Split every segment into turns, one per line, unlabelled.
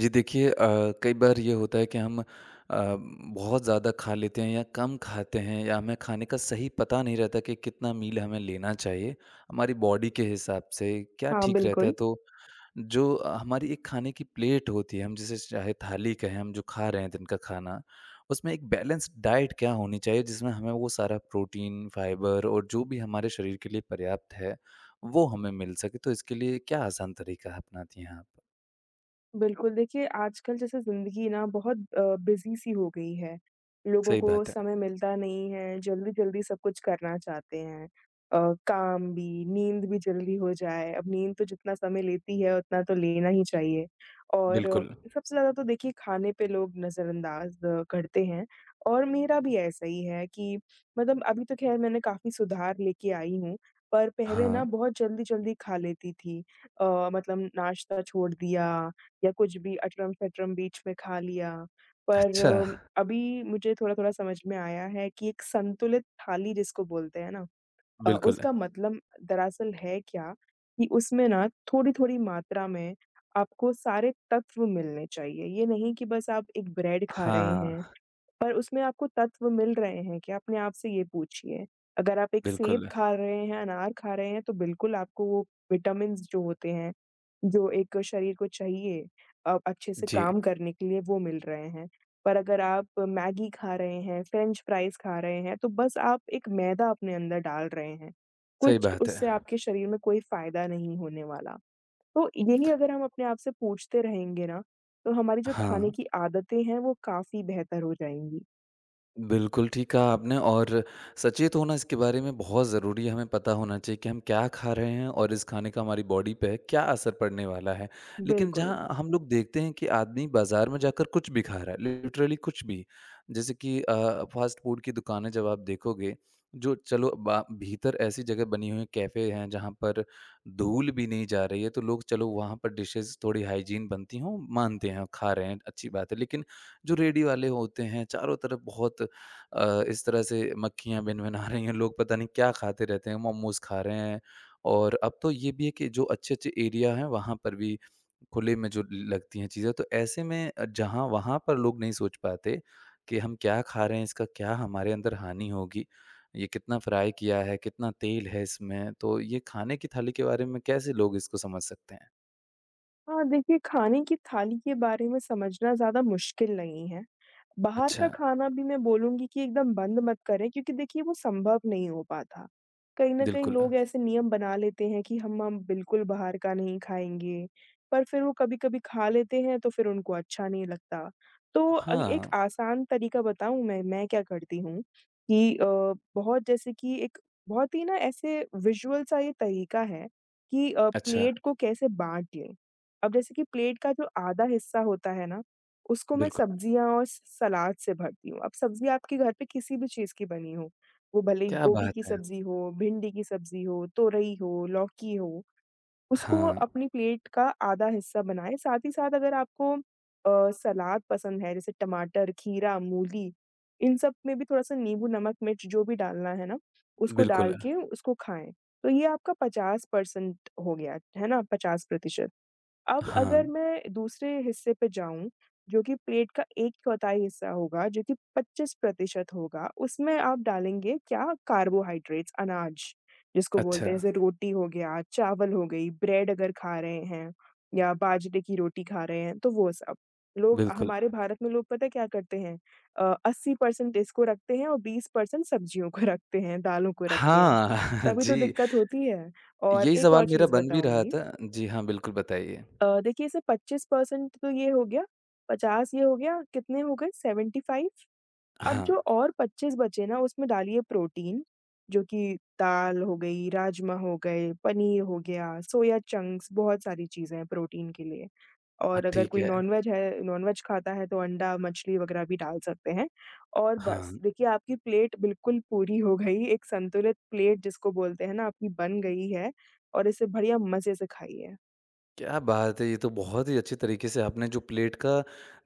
जी देखिए कई बार ये होता है कि हम बहुत ज़्यादा खा लेते हैं या कम खाते हैं या हमें खाने का सही पता नहीं रहता कि कितना मील हमें लेना चाहिए हमारी बॉडी के हिसाब से क्या
हाँ,
ठीक रहता है
बिल्कुल।
तो जो हमारी एक खाने की प्लेट होती है हम जिसे चाहे थाली कहें हम जो खा रहे हैं दिन का खाना उसमें एक बैलेंस डाइट क्या होनी चाहिए जिसमें हमें वो सारा प्रोटीन फाइबर और जो भी हमारे शरीर के लिए पर्याप्त है वो हमें मिल सके तो इसके लिए क्या आसान तरीका अपनाती हैं आप।
बिल्कुल, देखिए आजकल जैसे ज़िंदगी ना बहुत बिज़ी सी हो गई है। लोगों
सही
को
बात है।
समय मिलता नहीं है, जल्दी-जल्दी सब कुछ करना चाहते हैं। अ, काम भी, नींद भी जल्दी हो जाए, अब नींद तो जितना समय लेती है उतना तो लेना ही चाहिए। और
बिल्कुल।
सबसे ज़्यादा तो देखिए खाने पे लोग नज़रअंदाज़ करते हैं और मेरा भी ऐसा ही है कि मतलब अभी तो ख़ैर मैंने काफ़ी सुधार लेके आई हूँ, पर पहले ना
हाँ,
बहुत जल्दी-जल्दी खा लेती थी। मतलब नाश्ता छोड़ दिया या कुछ भी अटरम-फटरम बीच में खा लिया। पर
अच्छा।
अभी मुझे थोड़ा-थोड़ा समझ में आया है कि एक संतुलित थाली जिसको बोलते हैं ना
बिल्कुल।
उसका मतलब दरअसल है क्या कि उसमें ना थोड़ी-थोड़ी मात्रा में आपको सारे तत्व मिलने चाहिए। ये नहीं कि बस आप एक ब्रेड खा रहे हैं
हाँ,
पर उसमें आपको तत्व मिल रहे हैं कि अपने आप से ये पूछिए। अगर आप एक सेब
बिल्कुल।
खा रहे हैं, अनार खा रहे हैं, तो बिल्कुल आपको वो विटामिन्स जो होते हैं, जो एक शरीर को चाहिए अच्छे से
जी,
काम करने के लिए, वो मिल रहे हैं। पर अगर आप मैगी खा रहे हैं, फ्रेंच फ्राइज़ खा रहे हैं, तो बस आप एक मैदा अपने अंदर डाल रहे हैं।
सही
कुछ
बात है।
उससे आपके शरीर में कोई फ़ायदा नहीं होने वाला। तो यही अगर हम अपने आप से पूछते रहेंगे ना, तो हमारी जो खाने
हाँ।
की आदतें हैं, वो काफ़ी बेहतर हो जाएँगी।
बिल्कुल, ठीक कहा आपने और सचेत होना इसके बारे में बहुत ज़रूरी है, हमें पता होना चाहिए कि हम क्या खा रहे हैं और इस खाने का हमारी बॉडी पे क्या असर पड़ने वाला है। लेकिन
बिल्कुल।
जहाँ हम लोग देखते हैं कि आदमी बाज़ार में जाकर कुछ भी खा रहा है, लिटरली कुछ भी। जैसे कि फ़ास्ट फूड की दुकानें जब आप देखोगे, जो चलो बा भीतर ऐसी जगह बनी हुई है, कैफ़े हैं जहाँ पर धूल भी नहीं जा रही है, तो लोग चलो वहाँ पर डिशेज़ थोड़ी हाइजीन बनती हों, मानते हैं, खा रहे हैं, अच्छी बात है। लेकिन जो रेडी वाले होते हैं, चारों तरफ बहुत इस तरह से मक्खियाँ भिनभिना रही हैं, लोग पता नहीं क्या खाते रहते हैं, मोमोज़ खा रहे हैं। और अब तो ये भी है कि जो अच्छे-अच्छे एरिया हैं, वहाँ पर भी खुले में जो लगती हैं चीज़ें, तो ऐसे में जहाँ वहाँ पर लोग नहीं सोच पाते कि हम क्या खा रहे हैं, इसका क्या हमारे अंदर हानि होगी, ये कितना फ्राई किया है, कितना तेल है इसमें, तो ये खाने की थाली के बारे में कैसे लोग इसको समझ सकते हैं?
हाँ, देखिए खाने की थाली के बारे में समझना ज़्यादा मुश्किल नहीं है। बाहर
अच्छा,
का खाना भी मैं बोलूँगी कि एकदम बंद मत करें क्योंकि देखिए वो संभव नहीं हो पाता। कहीं न कहीं
बिल्कुल।
लोग ऐसे नियम बना लेते हैं कि हम बिल्कुल बाहर का नहीं खाएँगे, पर फिर वो कभी-कभी खा लेते हैं तो फिर उनको अच्छा नहीं लगता। तो एक
हाँ,
आसान तरीका बताऊँ मैं क्या करती हूँ कि बहुत जैसे कि एक बहुत ही ना ऐसे विज़ुअल सा ये तरीका है कि
अच्छा,
प्लेट को कैसे बाँट लें। अब जैसे कि प्लेट का जो आधा हिस्सा होता है ना उसको मैं
बिल्कुल।
सब्जियाँ और स सलाद से भरती हूँ। अब सब्ज़ी आपके घर पे किसी भी चीज़ की बनी हो, वो भले ही
क्या
गोभी
बात
की
है!
सब्ज़ी हो, भिंडी की सब्ज़ी हो, तोरई हो, लौकी हो, उसको
हाँ,
अपनी प्लेट का आधा हिस्सा बनाएँ। साथ ही साथ अगर आपको सलाद पसंद है, जैसे टमाटर, खीरा, मूली, इन सब में भी थोड़ा-सा नींबू, नमक, मिर्च जो भी डालना है ना, उसको डाल
बिल्कुल।
के उसको खाएँ। तो ये आपका 50% हो गया, है ना? 50% अब अगर
हाँ।
मैं दूसरे हिस्से पे जाऊँ, जो कि प्लेट का 1/4 हिस्सा होगा, जो कि 25% होगा, उसमें आप डालेंगे क्या कार्बोहाइड्रेट्स, अनाज, जिसको बोलते
अच्छा,
हैं, जैसे रोटी हो गया, चावल हो गई, ब्रेड अगर खा रहे हैं या बाजरे की रोटी खा रहे हैं, तो वो सब। लोग
बिल्कुल।
हमारे भारत में लोग पता है क्या करते हैं? 80% इसको रखते हैं और 20% सब्जियों को रखते हैं, दालों को रखते हैं।
हाँ,
तभी तो
जी,
दिक्कत होती है। और
यही
एक और
सवाल मेरा
चीज़
बन भी रहा
बताऊँगी
था। जी हाँ, बिल्कुल बताइए।
देखिए इसे 25% तो ये हो गया, 50 ये हो गया, कितने हो गए 75 अब
हाँ,
जो और 25 बचे ना उसमें डालिए प्रोटीन, जो कि दाल हो गई, राजमा हो गए, पनीर हो गया, सोया चंक्स बहुत सारी चीज़ें हैं प्रोटीन के लिए। और अगर
ठीक
कोई
है।
नॉन-वेज खाता है तो अंडा, मछली वगैरह भी डाल सकते हैं। और
हाँ,
बस देखिए आपकी प्लेट बिल्कुल पूरी हो गई, एक संतुलित प्लेट जिसको बोलते हैं ना आपकी बन गई है और इसे बढ़िया मज़े से खाइए।
क्या बात है! ये तो बहुत ही अच्छे तरीके से आपने जो प्लेट का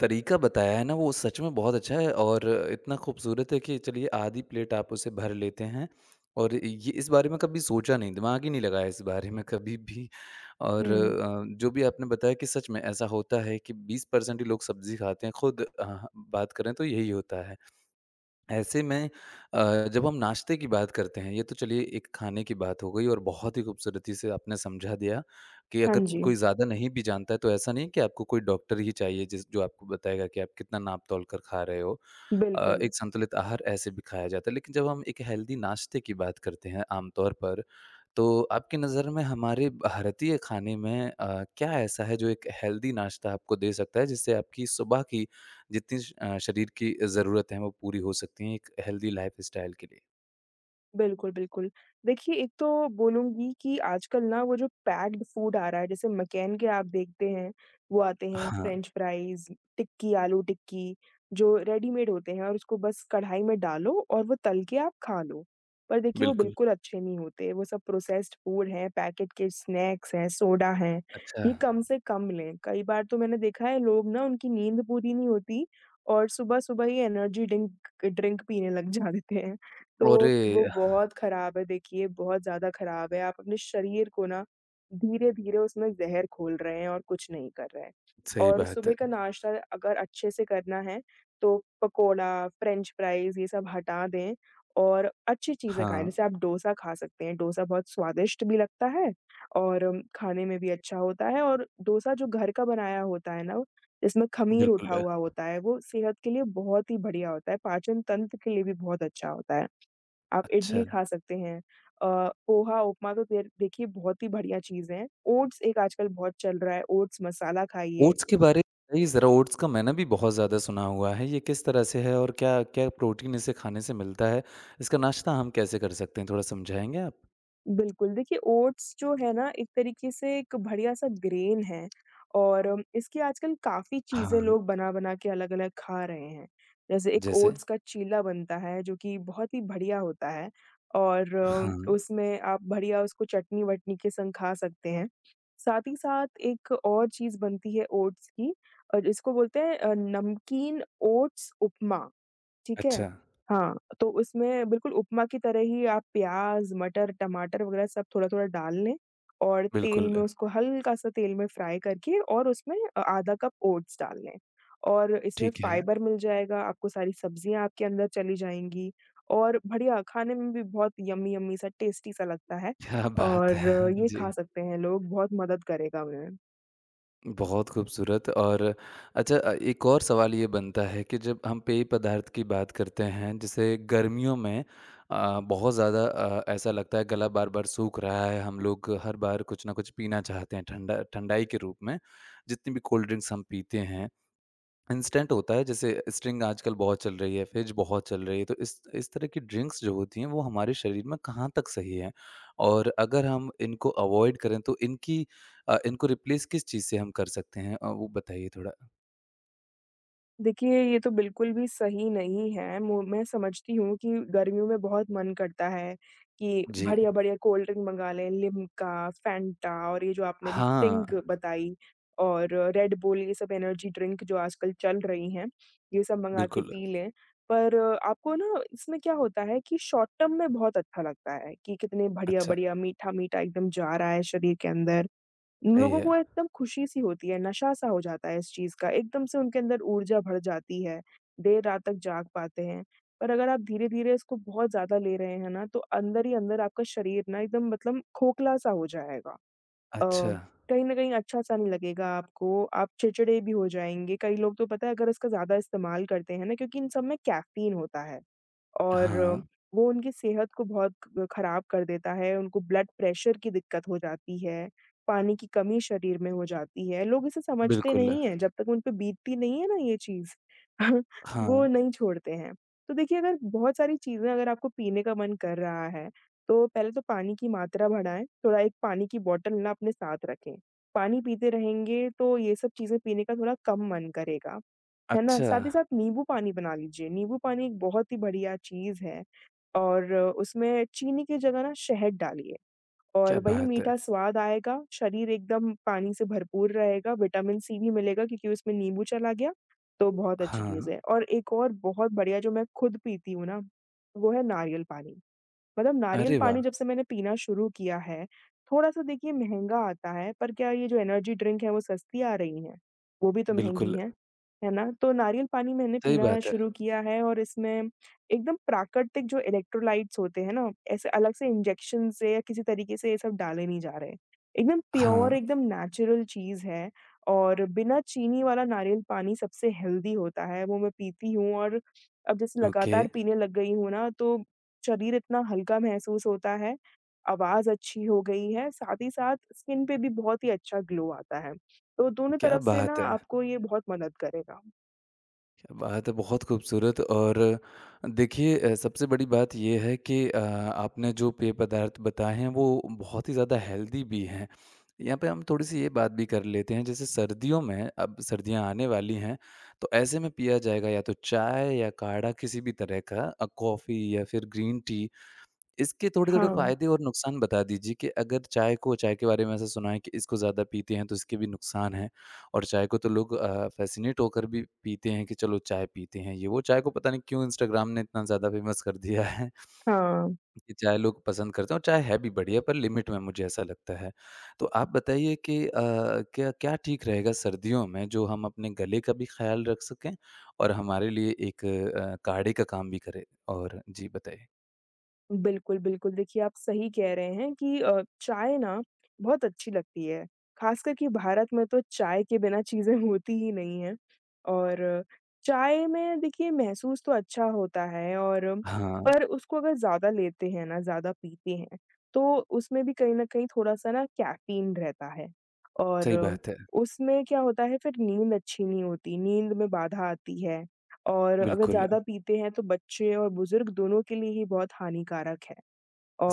तरीका बताया है ना, वो सच में बहुत अच्छा है और इतना खूबसूरत है कि चलिए आधी प्लेट आप उसे भर लेते हैं और ये इस बारे में कभी सोचा नहीं, दिमाग ही नहीं लगाया इस बारे में कभी भी और
हुँ।
जो भी आपने बताया कि सच में ऐसा होता है कि 20% ही लोग सब्ज़ी खाते हैं। खुद बात करें तो यही होता है। ऐसे में अ, जब हम नाश्ते की बात करते हैं, ये तो चलिए एक खाने की बात हो गई और बहुत ही खूबसूरती से आपने समझा दिया कि
हाँ
अगर
जी।
कोई ज़्यादा नहीं भी जानता है, तो ऐसा नहीं है कि आपको कोई डॉक्टर ही चाहिए जिस जो आपको बताएगा कि आप कितना नाप-तौल कर खा रहे हो।
बिल्कुल,
एक संतुलित आहार ऐसे भी खाया जाता है, लेकिन जब हम एक हेल्दी नाश्ते की बात करते हैं आम तौर पर, तो आपकी नज़र में हमारे भारतीय खाने में क्या ऐसा है जो एक हेल्दी नाश्ता आपको दे सकता है, जिससे आपकी सुबह की जितनी शरीर की ज़रूरत है वो पूरी हो सकती है एक हेल्दी लाइफ़स्टाइल के लिए।
बिल्कुल, बिल्कुल। देखिए, एक तो बोलूँगी कि आजकल ना वो जो पैक्ड फूड आ रहा है, जैसे मैकैन के आप देखते हैं, वो आते हैं
हाँ,
फ्रेंच फ्राइज़, टिक्की, आलू टिक्की, जो रेडीमेड होते हैं और उसको बस कढ़ाई में डालो और वो तल के आप खा लो। पर देखिए, वो
बिल्कुल।
बिल्कुल अच्छे नहीं होते, वो सब प्रोसेस्ड फूड हैं, पैकेट के स्नैक्स हैं, सोडा हैं,
अच्छा।
ये कम से कम लें। कई बार तो मैंने देखा है लोग ना उनकी नींद पूरी नहीं होती और सुबह-सुबह ही एनर्जी डिंक ड्रिंक पीने लग जा देते हैं। तो
अरे!
वो बहुत खराब है देखिए, बहुत ज़्यादा खराब है। आप अपने शरीर को ना धीरे-धीरे उसमें ज़हर घोल रहे हैं और कुछ नहीं कर रहे हैं।
सही
और
बात
सुबह का
है।
नाश्ता अगर अच्छे से करना है तो पकोड़ा, फ्रेंच फ्राइज़ ये सब हटा दें और अच्छी चीज़ें खाएँ।
हाँ,
जैसे आप डोसा खा सकते हैं, डोसा बहुत स्वादिष्ट भी लगता है और खाने में भी अच्छा होता है और डोसा जो घर का बनाया होता है ना, इसमें ख़मीर
बिल्कुल।
उठा हुआ होता है, वो सेहत के लिए बहुत ही बढ़िया होता है, पाचन तंत्र के लिए भी बहुत अच्छा होता है। आप
अच्छा,
इडली खा सकते हैं। अ, पोहा, उपमा तो देर देखिए बहुत ही बढ़िया चीज़ है। ओट्स एक आजकल बहुत चल रहा है, ओट्स मसाला खाइए।
ओट्स के बारे में बताइए ज़रा ओट्स का मैंने भी बहुत ज़्यादा सुना हुआ है, ये किस तरह से है और क्या क्या प्रोटीन इसे खाने से मिलता है? इसका नाश्ता हम कैसे कर सकते हैं, थोड़ा समझाएँगे आप?
बिल्कुल, देखिए ओट्स जो है ना एक तरीके से एक बढ़िया-सा ग्रेन है और इसकी आजकल काफ़ी चीज़ें
हाँ,
लोग बना-बना के अलग-अलग खा रहे हैं। जैसे एक
जैसे?
ओट्स का चीला बनता है जो कि बहुत ही बढ़िया होता है और
हाँ,
उसमें आप बढ़िया उसको चटनी-वटनी के संग खा सकते हैं। साथ ही साथ एक और चीज़ बनती है ओट्स की और इसको बोलते हैं नमकीन ओट्स उपमा। ठीक है?
अच्छा,
हाँ, तो उसमें बिल्कुल उपमा की तरह ही आप प्याज़, मटर, टमाटर वग़ैरह सब थोड़ा-थोड़ा डाल लें और तेल
बिल्कुल।
में उसको हल्का-सा तेल में फ्राई करके और उसमें आधा कप ओट्स डाल लें और इसमें
ठीक है,
फाइबर मिल जाएगा, आपको सारी सब्ज़ियाँ आपके अंदर चली जाएँगी और बढ़िया खाने में भी बहुत यम्मी-यम्मी सा टेस्टी सा लगता है
क्या बात
और
है!
ये खा
जी।
सकते हैं लोग, बहुत मदद करेगा उन्हें।
बहुत खूबसूरत और अच्छा एक और सवाल ये बनता है कि जब हम पेय पदार्थ की बात करते हैं जैसे गर्मियों में बहुत ज़्यादा ऐसा लगता है गला बार बार सूख रहा है हम लोग हर बार कुछ ना कुछ पीना चाहते हैं ठंडा ठंडाई के रूप में जितनी भी कोल्ड ड्रिंक्स हम पीते हैं इंस्टेंट होता है जैसे स्ट्रिंग आजकल बहुत चल रही है, फ़िज़ बहुत चल रही है, तो इस तरह की ड्रिंक्स जो होती हैं वो हमारे शरीर में कहाँ तक सही हैं? और अगर हम इनको अवॉइड करें तो इनको रिप्लेस किस चीज़ से हम कर सकते हैं? वो बताइए थोड़ा।
देखिए, ये तो बिल्कुल भी सही नहीं है। मु मैं समझती हूँ कि गर्मियों में बहुत मन करता है कि
जी।
बढ़िया-बढ़िया कोल्ड ड्रिंक मंगा लें, लिम्का, फैंटा और ये जो आपने अभी
हाँ,
स्टिंग बताई और रेड बुल, ये सब एनर्जी ड्रिंक जो आजकल चल रही हैं, ये सब मंगा के
बिल्कुल।
पी लें। पर आपको ना इसमें क्या होता है कि शॉर्ट टर्म में बहुत अच्छा लगता है कि कितने
अच्छा,
बढ़िया-बढ़िया, मीठा-मीठा एकदम जा रहा है शरीर के अंदर।
सही
लोगों को
है।
एकदम खुशी-सी होती है, नशा-सा हो जाता है इस चीज़ का, एकदम से उनके अंदर ऊर्जा भर जाती है, देर रात तक जाग पाते हैं। पर अगर आप धीरे-धीरे इसको बहुत ज़्यादा ले रहे हैं ना, तो अंदर ही अंदर आपका शरीर ना एकदम मतलब खोखला-सा हो जाएगा।
अच्छा।
अ, कहीं न कहीं अच्छा-सा नहीं लगेगा आपको, आप चिड़चिड़े भी हो जाएँगे, कई लोग तो पता है अगर इसका ज़्यादा इस्तेमाल करते हैं ना क्योंकि इन सब में कैफ़ीन होता है। और
हाँ,
वो उनकी सेहत को बहुत ख खराब कर देता है, उनको ब्लड प्रेशर की दिक्कत हो जाती है, पानी की कमी शरीर में हो जाती है। लोग इसे समझते
बिल्कुल।
नहीं हैं, जब तक उन पे बीतती नहीं है ना ये चीज़, वो
हाँ,
नहीं छोड़ते हैं। तो देखिए अगर बहुत सारी चीज़ें अगर आपको पीने का मन कर रहा है, तो पहले तो पानी की मात्रा बढ़ाएँ, थोड़ा एक पानी की बॉटल ना अपने साथ रखें। पानी पीते रहेंगे तो ये सब चीज़ें पीने का थोड़ा कम मन करेगा। है ना?
अच्छा,
साथ ही साथ नींबू पानी बना लीजिए, नींबू पानी एक बहुत ही बढ़िया चीज़ है और उसमें चीनी की जगह ना शहद डालिए और
क्या
वही
बात है!
मीठा स्वाद आएगा, शरीर एकदम पानी से भरपूर रहेगा, विटामिन सी भी मिलेगा क्योंकि उसमें नींबू चला गया, तो बहुत अच्छी
हाँ,
चीज़ है और एक और बहुत बढ़िया जो मैं खुद पीती हूँ ना, वो है नारियल पानी। मतलब नारियल
अरे वाह!
पानी जब से मैंने पीना शुरू किया है, थोड़ा-सा देखिए महँगा आता है, पर क्या ये जो एनर्जी ड्रिंक है वो सस्ती आ रही हैं? वो भी तो महँगी
बिल्कुल,
हैं, है ना? तो नारियल पानी मैंने
सही
पीना
बात है।
शुरू किया है और इसमें एकदम प्राकृतिक जो इलेक्ट्रोलाइट्स होते हैं ना, ऐसे अलग से इंजेक्शन से या किसी तरीके से ये सब डाले नहीं जा रहे। एकदम
हाँ,
प्योर एकदम नेचुरल चीज़ है और बिना चीनी वाला नारियल पानी सबसे हेल्दी होता है, वो मैं पीती हूँ और अब जैसे
ओके,
लगातार पीने लग गई हूँ ना, तो शरीर इतना हल्का महसूस होता है, आवाज़ अच्छी हो गई है, साथ ही साथ स्किन पे भी बहुत ही अच्छा ग्लो आता है। तो दोनों
क्या
तरफ से ना
बात है!
आपको ये बहुत मदद करेगा।
बात है बहुत खूबसूरत और देखिए सबसे बड़ी बात ये है कि आपने जो पेय पदार्थ बताए हैं वो बहुत ही ज़्यादा हेल्दी भी हैं। यहाँ पे हम थोड़ी-सी ये बात भी कर लेते हैं जैसे सर्दियों में अब सर्दियाँ आने वाली हैं, तो ऐसे में पिया जाएगा या तो चाय या काढ़ा किसी भी तरह का कॉफ़ी या फिर ग्रीन टी इसके थोड़े-थोड़े
हाँ,
फ़ायदे और नुकसान बता दीजिए कि अगर चाय को चाय के बारे में ऐसा सुना है कि इसको ज़्यादा पीते हैं तो इसके भी नुकसान हैं और चाय को तो लोग फ़ैसिनेट होकर भी पीते हैं कि चलो चाय पीते हैं ये वो। चाय को पता नहीं क्यों इंस्टाग्राम ने इतना ज़्यादा फ़ेमस कर दिया है
हाँ।
कि चाय लोग पसंद करते हैं और चाय है भी बढ़िया पर लिमिट में मुझे ऐसा लगता है। तो आप बताइए कि क्या क्या ठीक रहेगा सर्दियों में जो हम अपने गले का भी ख़्याल रख सकें और हमारे लिए एक काढ़े का काम भी करे? और जी बताइए।
बिल्कुल, बिल्कुल। देखिए, आप सही कह रहे हैं कि चाय ना बहुत अच्छी लगती है। ख़ासकर कि भारत में तो चाय के बिना चीज़ें होती ही नहीं हैं और चाय में देखिए महसूस तो अच्छा होता है और
हाँ,
पर उसको अगर ज़्यादा लेते हैं ना, ज़्यादा पीते हैं, तो उसमें भी कहीं न कहीं थोड़ा-सा ना कैफ़ीन रहता है और
सही बात है।
उसमें क्या होता है फिर नींद अच्छी नहीं होती, नींद में बाधा आती है। और अगर
बिल्कुल,
ज़्यादा पीते हैं तो बच्चे और बुज़ुर्ग दोनों के लिए ही बहुत हानिकारक है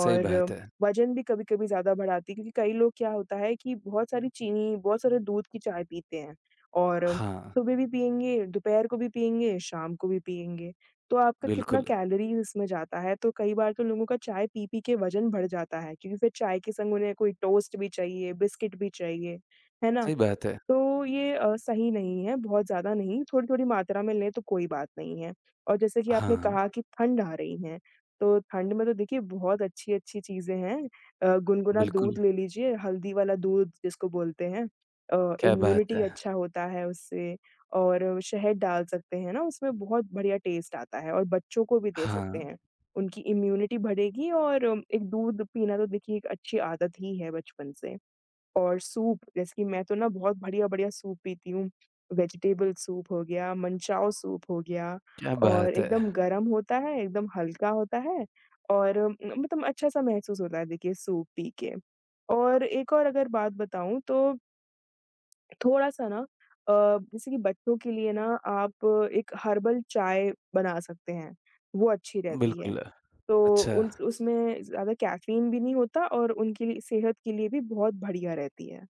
सही बात है।
वज़न भी कभी-कभी ज़्यादा बढ़ाती है क्योंकि कई लोग क्या होता है कि बहुत सारी चीनी, बहुत सारे दूध की चाय पीते हैं और
हाँ,
सुबह भी पिएँगे, दोपहर को भी पिएँगे, शाम को भी पिएँगे। तो आपका कितना
बिल्कुल,
कैलोरीज़ इसमें जाता है, तो कई बार तो लोगों का चाय पी-पी के वज़न बढ़ जाता है क्योंकि फिर चाय के संग उन्हें कोई टोस्ट भी चाहिए, बिस्किट भी चाहिए, है ना?
सही बात है।
तो ये सही नहीं है, बहुत ज़्यादा नहीं, थोड़ी-थोड़ी मात्रा में लें तो कोई बात नहीं है। और जैसे कि आपने
हाँ,
कहा कि ठंड आ रही है, तो ठंड में तो देखिए बहुत अच्छी-अच्छी चीज़ें हैं। गुनगुना
बिल्कुल,
दूध ले लीजिए, हल्दी वाला दूध जिसको बोलते हैं।
क्या बात
इम्यूनिटी
है!
अच्छा होता है उससे और शहद डाल सकते हैं ना उसमें बहुत बढ़िया टेस्ट आता है और बच्चों को भी दे सकते
हाँ,
हैं। उनकी इम्यूनिटी बढ़ेगी और एक दूध पीना तो देखिए एक अच्छी आदत ही है बचपन से। और सूप जैसे कि मैं तो ना बहुत बढ़िया-बढ़िया सूप पीती हूँ। वेजिटेबल सूप हो गया, मनचाओ सूप हो गया
क्या
और
बात है!
एकदम गरम होता है, एकदम हल्का होता है और मतलब अच्छा-सा महसूस होता है देखिए सूप पी के। और एक और अगर बात बताऊँ तो थोड़ा-सा ना अ, जैसे कि बच्चों के लिए ना आप एक हर्बल चाय बना सकते हैं, वो अच्छी रहती है।
बिल्कुल,
तो
अच्छा,
उन उसमें ज़्यादा कैफ़ीन भी नहीं होता और उनके लिए सेहत के लिए भी बहुत बढ़िया रहती है।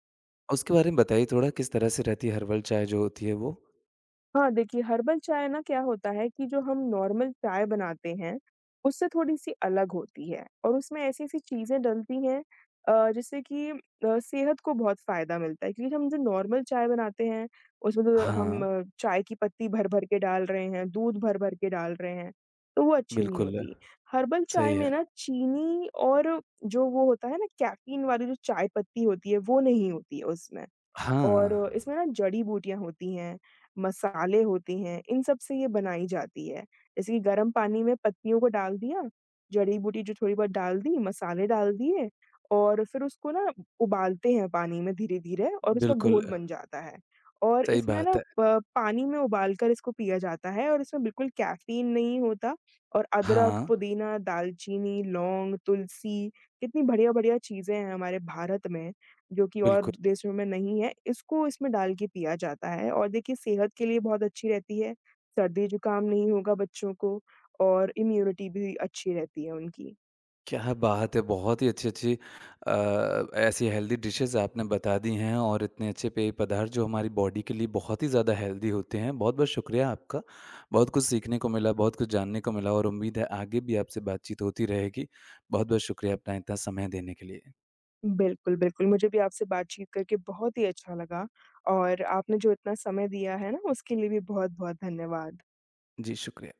उसके बारे में बताइए थोड़ा किस तरह से रहती है हर्बल चाय जो होती है वो?
हाँ, देखिए हर्बल चाय ना क्या होता है कि जो हम नॉर्मल चाय बनाते हैं, उससे थोड़ी-सी अलग होती है और उसमें ऐसी-ऐसी चीज़ें डलती हैं जिससे कि सेहत को बहुत फ़ायदा मिलता है क्योंकि हम जो नॉर्मल चाय बनाते हैं, उसमें तो
हाँ,
हम चाय की पत्ती भर-भर के डाल रहे हैं, दूध भर-भर के डाल रहे हैं, तो वो अच्छी नहीं
बिल्कुल,
होती। हर्बल चाय
सही
में
है।
ना चीनी और जो वो होता है ना कैफ़ीन वाली जो चाय पत्ती होती है, वो नहीं होती है उसमें।
हाँ,
और इसमें ना जड़ी-बूटियाँ होती हैं, मसाले होते हैं, इन सब से ये बनाई जाती है। जैसे कि गरम पानी में पत्तियों को डाल दिया, जड़ी-बूटी जो थोड़ी बहुत डाल दी, मसाले डाल दिए और फिर उसको ना उबालते हैं पानी में धीरे-धीरे और उसका
बिल्कुल,
घोल बन जाता है। और
सही
इसमें ना
बात है।
प पानी में उबाल कर इसको पिया जाता है और इसमें बिल्कुल कैफ़ीन नहीं होता और अदरक,
हाँ,
पुदीना, दालचीनी, लौंग, तुलसी, कितनी बढ़िया-बढ़िया चीज़ें हैं हमारे भारत में। जो कि और
बिल्कुल।
देशों में नहीं है, इसको इसमें डाल के पिया जाता है और देखिए सेहत के लिए बहुत अच्छी रहती है, सर्दी-जुकाम नहीं होगा बच्चों को और इम्यूनिटी भी अच्छी रहती है उनकी।
क्या बात है! बहुत ही अच्छी-अच्छी ऐसी हेल्दी डिशेज़ आपने बता दी हैं और इतने अच्छे पेय पदार्थ जो हमारी बॉडी के लिए बहुत ही ज़्यादा हेल्दी होते हैं। बहुत-बहुत शुक्रिया आपका। बहुत कुछ सीखने को मिला, बहुत कुछ जानने को मिला और उम्मीद है आगे भी आपसे बातचीत होती रहेगी। बहुत-बहुत शुक्रिया अपना इतना समय देने के लिए।
बिल्कुल, बिल्कुल, मुझे भी आपसे बातचीत करके बहुत ही अच्छा लगा और आपने जो इतना समय दिया है ना, उसके लिए भी बहुत-बहुत धन्यवाद।
जी, शुक्रिया।